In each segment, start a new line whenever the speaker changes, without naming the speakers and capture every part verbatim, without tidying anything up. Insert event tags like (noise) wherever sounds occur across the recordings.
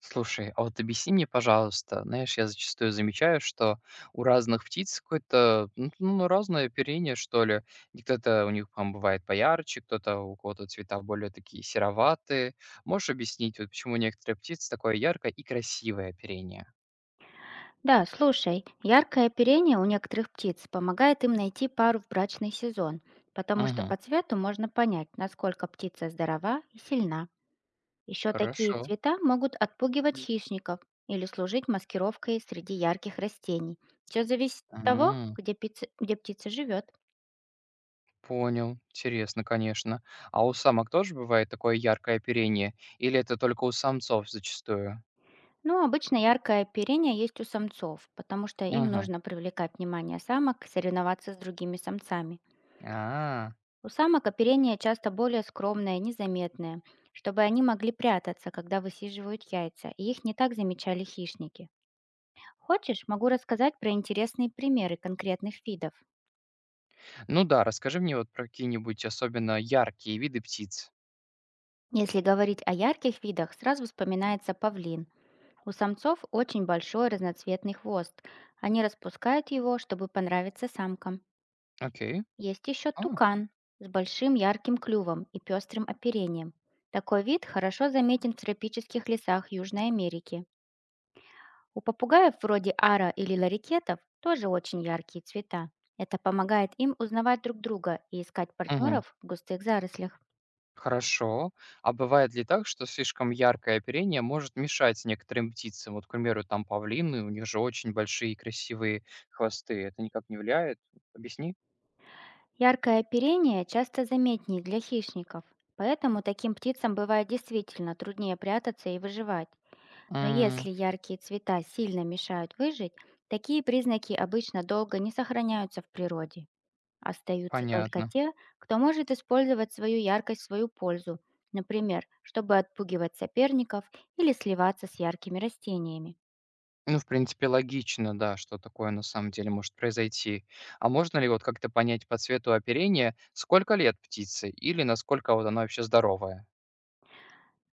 Слушай, а вот объясни мне, пожалуйста, знаешь, я зачастую замечаю, что у разных птиц какое-то, ну, ну, разное оперение, что ли. И кто-то у них там бывает поярче, кто-то у кого-то цвета более такие сероватые. Можешь объяснить, вот почему у некоторых птиц такое яркое и красивое оперение?
Да, слушай, яркое оперение у некоторых птиц помогает им найти пару в брачный сезон, потому что
Угу,
по цвету можно понять, насколько птица здорова и сильна. Еще такие
хорошо.
цвета могут отпугивать хищников или служить маскировкой среди ярких растений. Все зависит от того,
М,
где птица, где птица живет.
Понял. Интересно, конечно. А у самок тоже бывает такое яркое оперение? Или это только у самцов зачастую?
Но обычно яркое оперение есть у самцов, потому что им
Угу.
нужно привлекать внимание самок, соревноваться с другими самцами.
А,
У самок оперение часто более скромное и незаметное, чтобы они могли прятаться, когда высиживают яйца, и их не так замечали хищники. Хочешь, могу рассказать про интересные примеры конкретных видов.
Ну да, расскажи мне вот про какие-нибудь особенно яркие виды птиц.
Если говорить о ярких видах, сразу вспоминается павлин. У самцов очень большой разноцветный хвост. Они распускают его, чтобы понравиться самкам.
Окей.
Есть еще
А,
тукан с большим ярким клювом и пестрым оперением. Такой вид хорошо заметен в тропических лесах Южной Америки. У попугаев вроде ара или ларикетов тоже очень яркие цвета. Это помогает им узнавать друг друга и искать
мгм.
партнеров в густых зарослях.
Хорошо. А бывает ли так, что слишком яркое оперение может мешать некоторым птицам? Вот, к примеру, там павлины, у них же очень большие и красивые хвосты. Это никак не влияет? Объясни.
Яркое оперение часто заметнее для хищников, поэтому таким птицам бывает действительно труднее прятаться и выживать. Но
М,
если яркие цвета сильно мешают выжить, такие признаки обычно долго не сохраняются в природе. Остаются только
понятно.
те, кто может использовать свою яркость в свою пользу, например, чтобы отпугивать соперников или сливаться с яркими растениями.
Ну, в принципе, логично, да, что такое на самом деле может произойти. А можно ли вот как-то понять по цвету оперения, сколько лет птице или насколько вот она вообще здоровая?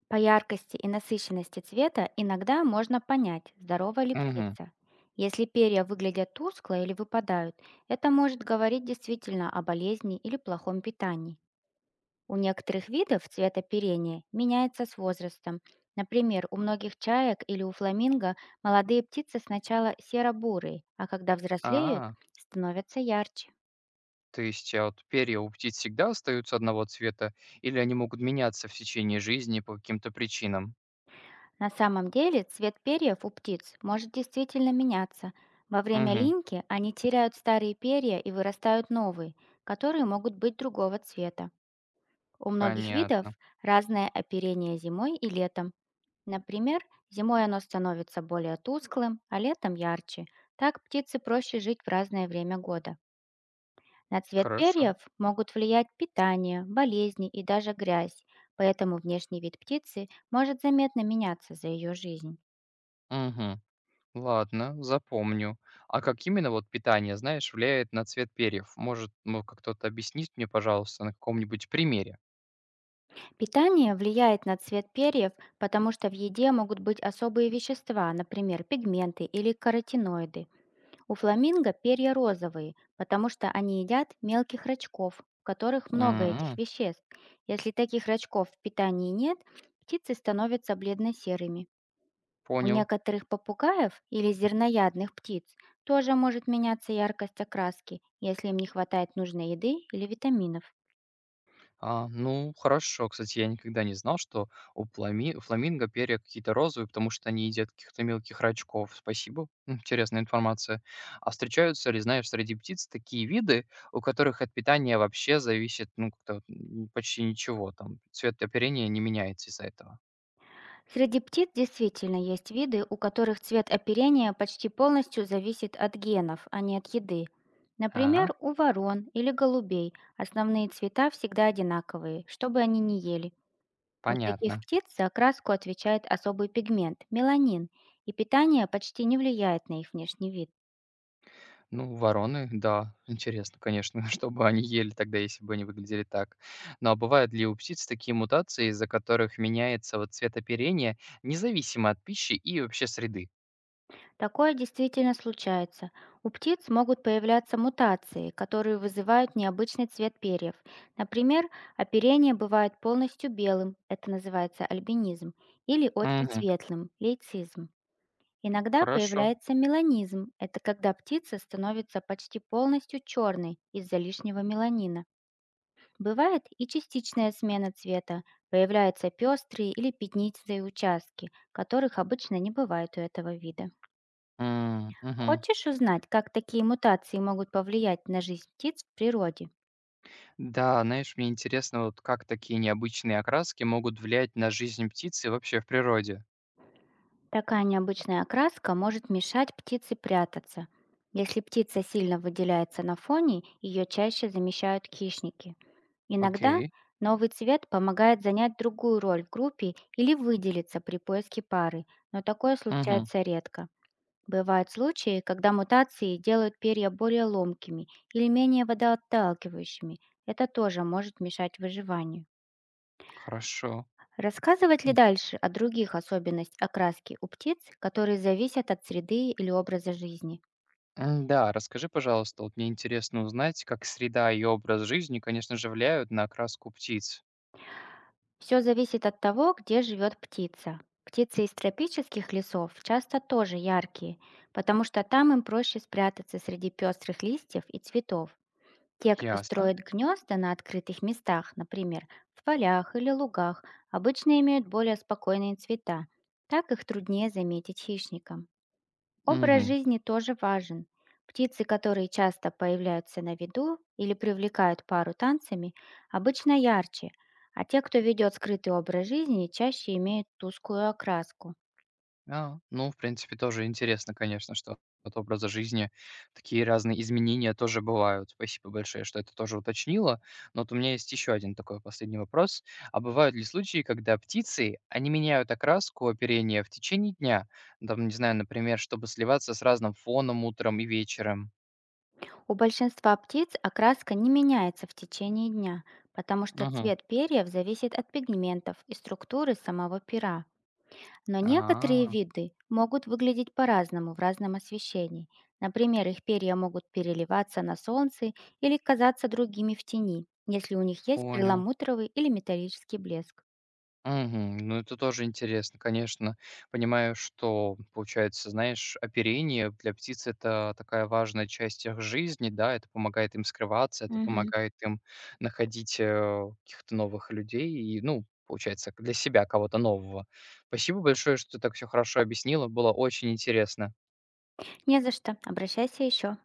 По яркости и насыщенности цвета иногда можно понять, здорова ли
Угу.
птица. Если перья выглядят тускло или выпадают, это может говорить действительно о болезни или плохом питании. У некоторых видов цвет оперения меняется с возрастом. Например, у многих чаек или у фламинго молодые птицы сначала серо-бурые, а когда взрослеют,
А,
становятся ярче.
То есть, а вот перья у птиц всегда остаются одного цвета, или они могут меняться в течение жизни по каким-то причинам?
На самом деле цвет перьев у птиц может действительно меняться. Во время
Мгм.
линьки они теряют старые перья и вырастают новые, которые могут быть другого цвета. У многих видов
Понятно.
разное оперение зимой и летом. Например, зимой оно становится более тусклым, а летом ярче. Так птице проще жить в разное время года. На цвет
Хорошо.
перьев могут влиять питание, болезни и даже грязь, поэтому внешний вид птицы может заметно меняться за ее жизнь.
Мгм. Ладно, запомню. А как именно вот питание, знаешь, влияет на цвет перьев? Может, ну, как кто-то объяснить мне, пожалуйста, на каком-нибудь примере?
Питание влияет на цвет перьев, потому что в еде могут быть особые вещества, например, пигменты или каротиноиды. У фламинго перья розовые, потому что они едят мелких рачков, в которых много этих
М,
веществ. Если таких рачков в питании нет, птицы становятся бледно-серыми. У
Понял.
некоторых попугаев или зерноядных птиц тоже может меняться яркость окраски, если им не хватает нужной еды или витаминов.
А, ну, хорошо. Кстати, я никогда не знал, что у плами у фламинго перья какие-то розовые, потому что они едят каких-то мелких рачков. Спасибо, М, интересная информация. А встречаются ли, знаешь, среди птиц такие виды, у которых от питания вообще зависит, ну, как-то вот, м, почти ничего, там цвет оперения не меняется из-за этого?
Среди птиц действительно есть виды, у которых цвет оперения почти полностью зависит от генов, а не от еды. Например,
А,
у ворон или голубей основные цвета всегда одинаковые, что бы они ни ели. У таких
понятно.
птиц за окраску отвечает особый пигмент– меланин, и питание почти не влияет на их внешний вид.
Ну, вороны, да, интересно, конечно, (laughs) что бы они ели тогда, если бы они выглядели так. Ну, а бывают ли у птиц такие мутации, из-за которых меняется вот цвет оперения, независимо от пищи и вообще среды?
Такое действительно случается. У птиц могут появляться мутации, которые вызывают необычный цвет перьев. Например, оперение бывает полностью белым, это называется альбинизм, или очень
Мгм.
светлым, лейцизм. Иногда
Хорошо.
появляется меланизм, это когда птица становится почти полностью черной из-за лишнего меланина. Бывает и частичная смена цвета, появляются пестрые или пятнистые участки, которых обычно не бывает у этого вида.
М, мгм.
Хочешь узнать, как такие мутации могут повлиять на жизнь птиц в природе?
Да, знаешь, мне интересно, вот как такие необычные окраски могут влиять на жизнь птицы вообще в природе.
Такая необычная окраска может мешать птице прятаться. Если птица сильно выделяется на фоне, ее чаще замещают хищники. Иногда
Окей.
новый цвет помогает занять другую роль в группе или выделиться при поиске пары, но такое
Мгм.
случается редко. Бывают случаи, когда мутации делают перья более ломкими или менее водоотталкивающими. Это тоже может мешать выживанию.
Хорошо.
Рассказывать ли
М,
дальше о других особенностях окраски у птиц, которые зависят от среды или образа жизни?
м, Да, расскажи, пожалуйста, вот мне интересно узнать, как среда и образ жизни, конечно же, влияют на окраску птиц.
Все зависит от того, где живет птица. Птицы из тропических лесов часто тоже яркие, потому что там им проще спрятаться среди пестрых листьев и цветов. Те, кто
Ясно.
строит гнезда на открытых местах, например, в полях или лугах, обычно имеют более спокойные цвета. Так их труднее заметить хищникам. Образ
Мгм.
жизни тоже важен. Птицы, которые часто появляются на виду или привлекают пару танцами, обычно ярче, а те, кто ведет скрытый образ жизни, чаще имеют тусклую окраску.
А, ну, в принципе, тоже интересно, конечно, что от образа жизни такие разные изменения тоже бывают. Спасибо большое, что это тоже уточнила. Но вот у меня есть еще один такой последний вопрос. А бывают ли случаи, когда птицы, они меняют окраску оперения в течение дня? Там, не знаю, например, чтобы сливаться с разным фоном утром и вечером.
У большинства птиц окраска не меняется в течение дня, потому что
Угу.
цвет перьев зависит от пигментов и структуры самого пера. Но некоторые
А,
виды могут выглядеть по-разному в разном освещении. Например, их перья могут переливаться на солнце или казаться другими в тени, если у них есть
понял.
перламутровый или металлический блеск.
Мгм. Ну, это тоже интересно, конечно. Понимаю, что, получается, знаешь, оперение для птиц- это такая важная часть их жизни, да, это помогает им скрываться, это
Мгм.
помогает им находить, э, каких-то новых людей и, ну, получается, для себя кого-то нового. Спасибо большое, что ты так все хорошо объяснила, было очень интересно.
Не за что, обращайся еще.